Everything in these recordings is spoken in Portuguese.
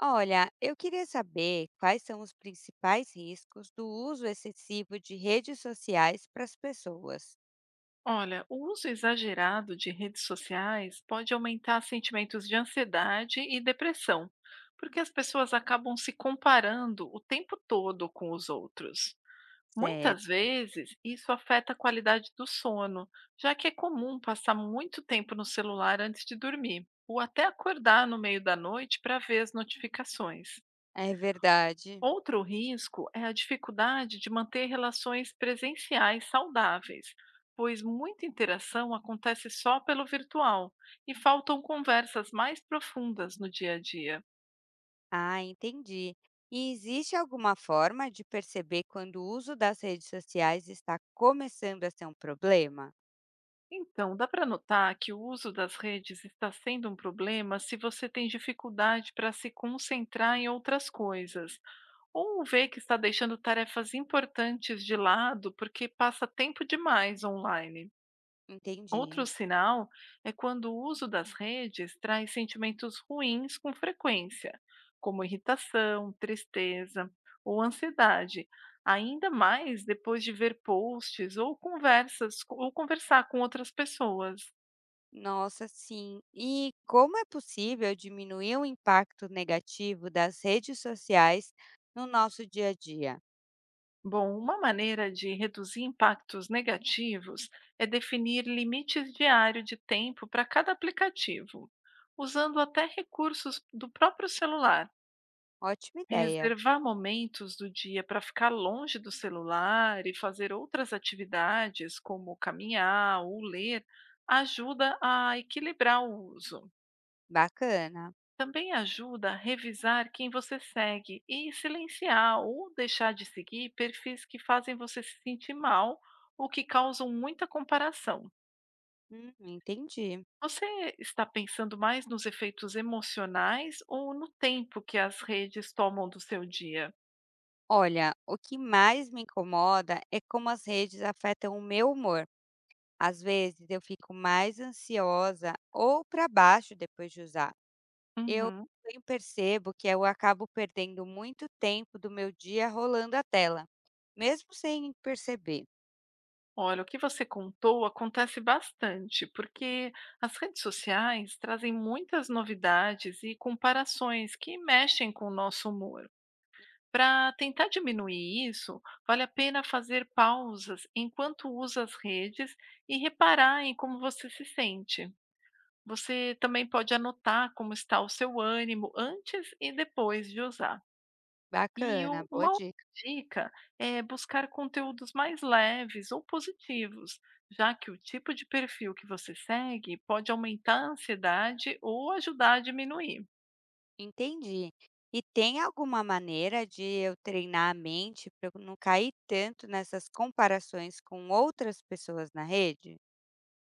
Olha, eu queria saber quais são os principais riscos do uso excessivo de redes sociais para as pessoas. Olha, o uso exagerado de redes sociais pode aumentar sentimentos de ansiedade e depressão, porque as pessoas acabam se comparando o tempo todo com os outros. Certo, Muitas vezes, isso afeta a qualidade do sono, já que é comum passar muito tempo no celular antes de dormir, ou até acordar no meio da noite para ver as notificações. é verdade. Outro risco é a dificuldade de manter relações presenciais saudáveis, pois muita interação acontece só pelo virtual e faltam conversas mais profundas no dia a dia. Ah, entendi. E existe alguma forma de perceber quando o uso das redes sociais está começando a ser um problema? Então, dá para notar que o uso das redes está sendo um problema se você tem dificuldade para se concentrar em outras coisas, ou vê que está deixando tarefas importantes de lado porque passa tempo demais online. Outro Entendi. sinal é quando o uso das redes traz sentimentos ruins com frequência, como irritação, tristeza ou ansiedade, ainda mais depois de ver posts ou conversas ou conversar com outras pessoas. Nossa, sim. E como é possível diminuir o impacto negativo das redes sociais no nosso dia a dia? Bom, uma maneira de reduzir impactos negativos é definir limites diários de tempo para cada aplicativo, usando até recursos do próprio celular. Ótima ideia. Reservar momentos do dia para ficar longe do celular e fazer outras atividades, como caminhar ou ler, ajuda a equilibrar o uso. Bacana. Também ajuda a revisar quem você segue e silenciar ou deixar de seguir perfis que fazem você se sentir mal ou que causam muita comparação. Entendi. Você está pensando mais nos efeitos emocionais ou no tempo que as redes tomam do seu dia? Olha, o que mais me incomoda é como as redes afetam o meu humor. Às vezes eu fico mais ansiosa ou para baixo depois de usar. Eu Uhum. também percebo que eu acabo perdendo muito tempo do meu dia rolando a tela, mesmo sem perceber. Olha, o que você contou acontece bastante, porque as redes sociais trazem muitas novidades e comparações que mexem com o nosso humor. Para tentar diminuir isso, vale a pena fazer pausas enquanto usa as redes e reparar em como você se sente. Você também pode anotar como está o seu ânimo antes e depois de usar. E Bacana, u boa uma outra dica. dica é buscar conteúdos mais leves ou positivos, já que o tipo de perfil que você segue pode aumentar a ansiedade ou ajudar a diminuir. Entendi. E tem alguma maneira de eu treinar a mente para eu não cair tanto nessas comparações com outras pessoas na rede?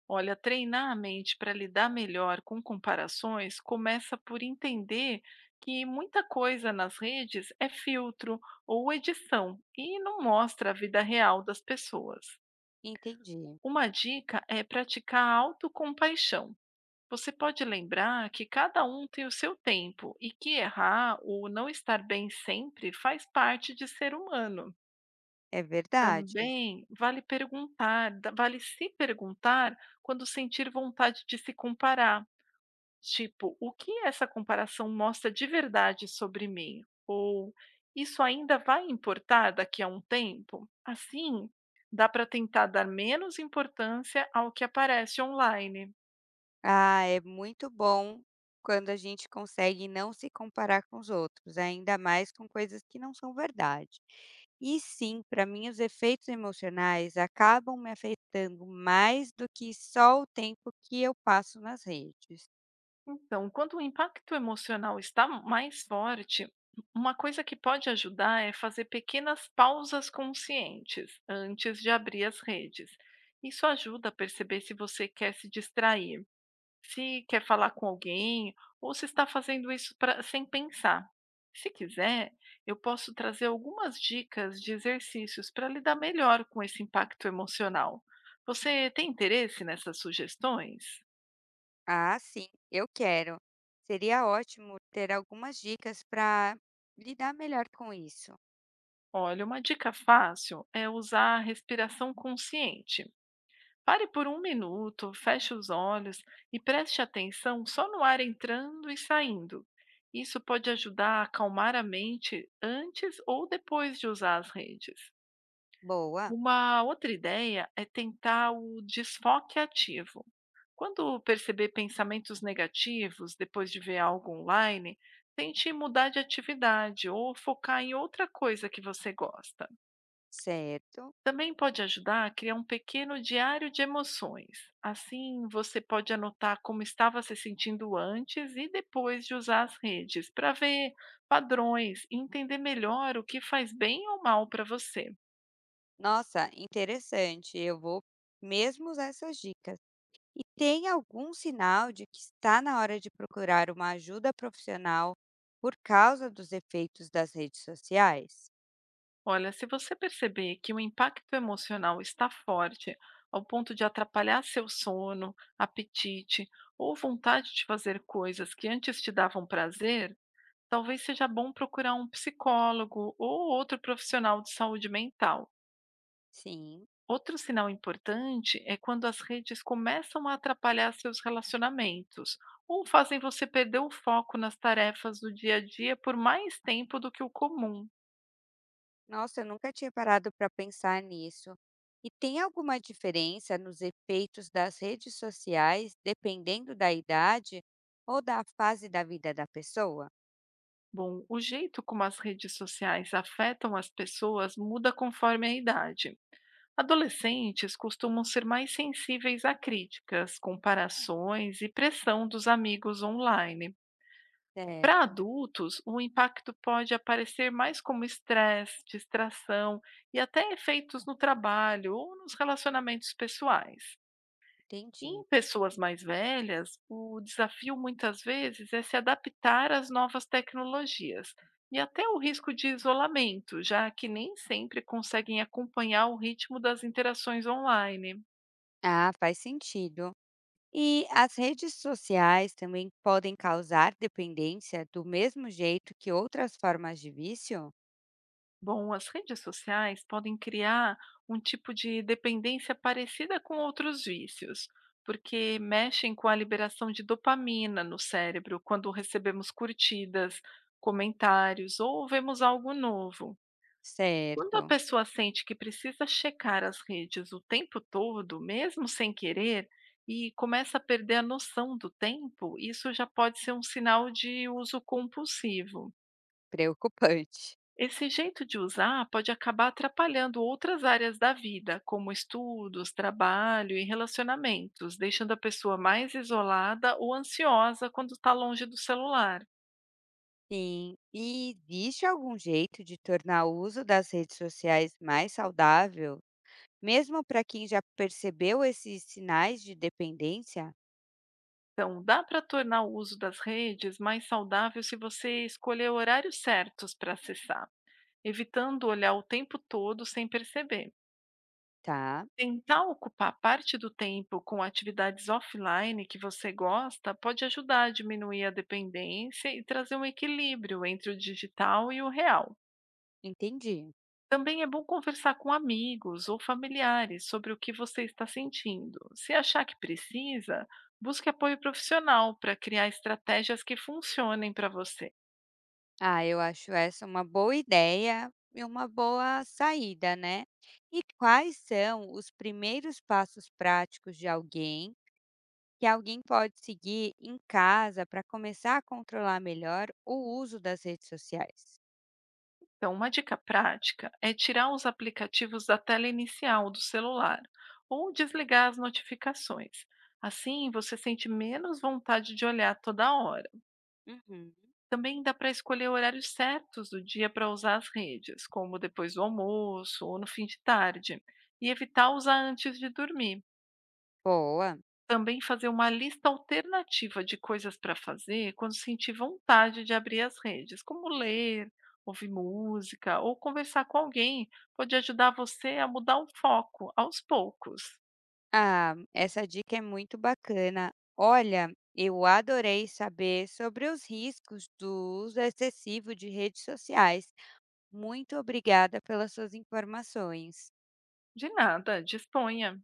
Olha, treinar a mente para lidar melhor com comparações começa por entender que muita coisa nas redes é filtro ou edição e não mostra a vida real das pessoas. Entendi, Uma dica é praticar autocompaixão. Você pode lembrar que cada um tem o seu tempo e que errar ou não estar bem sempre faz parte de ser humano. é verdade. Também vale vale se perguntar quando sentir vontade de se comparar. Tipo, o que essa comparação mostra de verdade sobre mim? Ou isso ainda vai importar daqui a um tempo? Assim, dá para tentar dar menos importância ao que aparece online. Ah, é muito bom quando a gente consegue não se comparar com os outros, ainda mais com coisas que não são verdade. E sim, para mim os efeitos emocionais acabam me afetando mais do que só o tempo que eu passo nas redes. Então, quando o impacto emocional está mais forte, uma coisa que pode ajudar é fazer pequenas pausas conscientes antes de abrir as redes. Isso ajuda a perceber se você quer se distrair, se quer falar com alguém ou se está fazendo sem pensar. Se quiser, eu posso trazer algumas dicas de exercícios para lidar melhor com esse impacto emocional. Você tem interesse nessas sugestões? Ah, sim, eu quero. Seria ótimo ter algumas dicas para lidar melhor com isso. Olha, uma dica fácil é usar a respiração consciente. Pare por um minuto, feche os olhos e preste atenção só no ar entrando e saindo. Isso pode ajudar a acalmar a mente antes ou depois de usar as redes. Boa, Uma outra ideia é tentar o desfoque ativo. Quando perceber pensamentos negativos depois de ver algo online, tente mudar de atividade ou focar em outra coisa que você gosta. certo. Também pode ajudar a criar um pequeno diário de emoções. Assim, você pode anotar como estava se sentindo antes e depois de usar as redes, para ver padrões e entender melhor o que faz bem ou mal para você. Nossa, interessante. Eu vou mesmo usar essas dicas. E tem algum sinal de que está na hora de procurar uma ajuda profissional por causa dos efeitos das redes sociais? Olha, se você perceber que o impacto emocional está forte, ao ponto de atrapalhar seu sono, apetite ou vontade de fazer coisas que antes te davam prazer, talvez seja bom procurar um psicólogo ou outro profissional de saúde mental. Sim. Outro sinal importante é quando as redes começam a atrapalhar seus relacionamentos ou fazem você perder o foco nas tarefas do dia a dia por mais tempo do que o comum. Nossa, eu nunca tinha parado para pensar nisso. E tem alguma diferença nos efeitos das redes sociais dependendo da idade ou da fase da vida da pessoa? Bom, o jeito como as redes sociais afetam as pessoas muda conforme a idade. Adolescentes costumam ser mais sensíveis a críticas, comparações e pressão dos amigos online. Para Certo, adultos, o impacto pode aparecer mais como estresse, distração e até efeitos no trabalho ou nos relacionamentos pessoais. entendi. Em pessoas mais velhas, o desafio muitas vezes é se adaptar às novas tecnologias e até o risco de isolamento, já que nem sempre conseguem acompanhar o ritmo das interações online. Ah, faz sentido. E as redes sociais também podem causar dependência do mesmo jeito que outras formas de vício? Bom, as redes sociais podem criar um tipo de dependência parecida com outros vícios, porque mexem com a liberação de dopamina no cérebro quando recebemos curtidas, comentários ou vemos algo novo. Quando a Certo, pessoa sente que precisa checar as redes o tempo todo, mesmo sem querer, e começa a perder a noção do tempo, isso já pode ser um sinal de uso compulsivo. preocupante. Esse jeito de usar pode acabar atrapalhando outras áreas da vida, como estudos, trabalho e relacionamentos, deixando a pessoa mais isolada ou ansiosa quando está longe do celular. Sim, e existe algum jeito de tornar o uso das redes sociais mais saudável, mesmo para quem já percebeu esses sinais de dependência? Então, dá para tornar o uso das redes mais saudável se você escolher horários certos para acessar, evitando olhar o tempo todo sem perceber. Tá, Tentar ocupar parte do tempo com atividades offline que você gosta pode ajudar a diminuir a dependência e trazer um equilíbrio entre o digital e o real. entendi. Também é bom conversar com amigos ou familiares sobre o que você está sentindo. Se achar que precisa, busque apoio profissional para criar estratégias que funcionem para você. Ah, eu acho essa uma boa ideia e uma boa saída, né? E quais são os primeiros passos práticos de alguém que alguém pode seguir em casa para começar a controlar melhor o uso das redes sociais? Então, uma dica prática é tirar os aplicativos da tela inicial do celular ou desligar as notificações. Assim, você sente menos vontade de olhar toda hora. Uhum. Também dá para escolher horários certos do dia para usar as redes, como depois do almoço ou no fim de tarde, e evitar usar antes de dormir. Boa. Também fazer uma lista alternativa de coisas para fazer quando sentir vontade de abrir as redes, como ler, ouvir música ou conversar com alguém, pode ajudar você a mudar o foco aos poucos. Ah, essa dica é muito bacana. Olha, eu adorei saber sobre os riscos do uso excessivo de redes sociais. Muito obrigada pelas suas informações. De nada, disponha.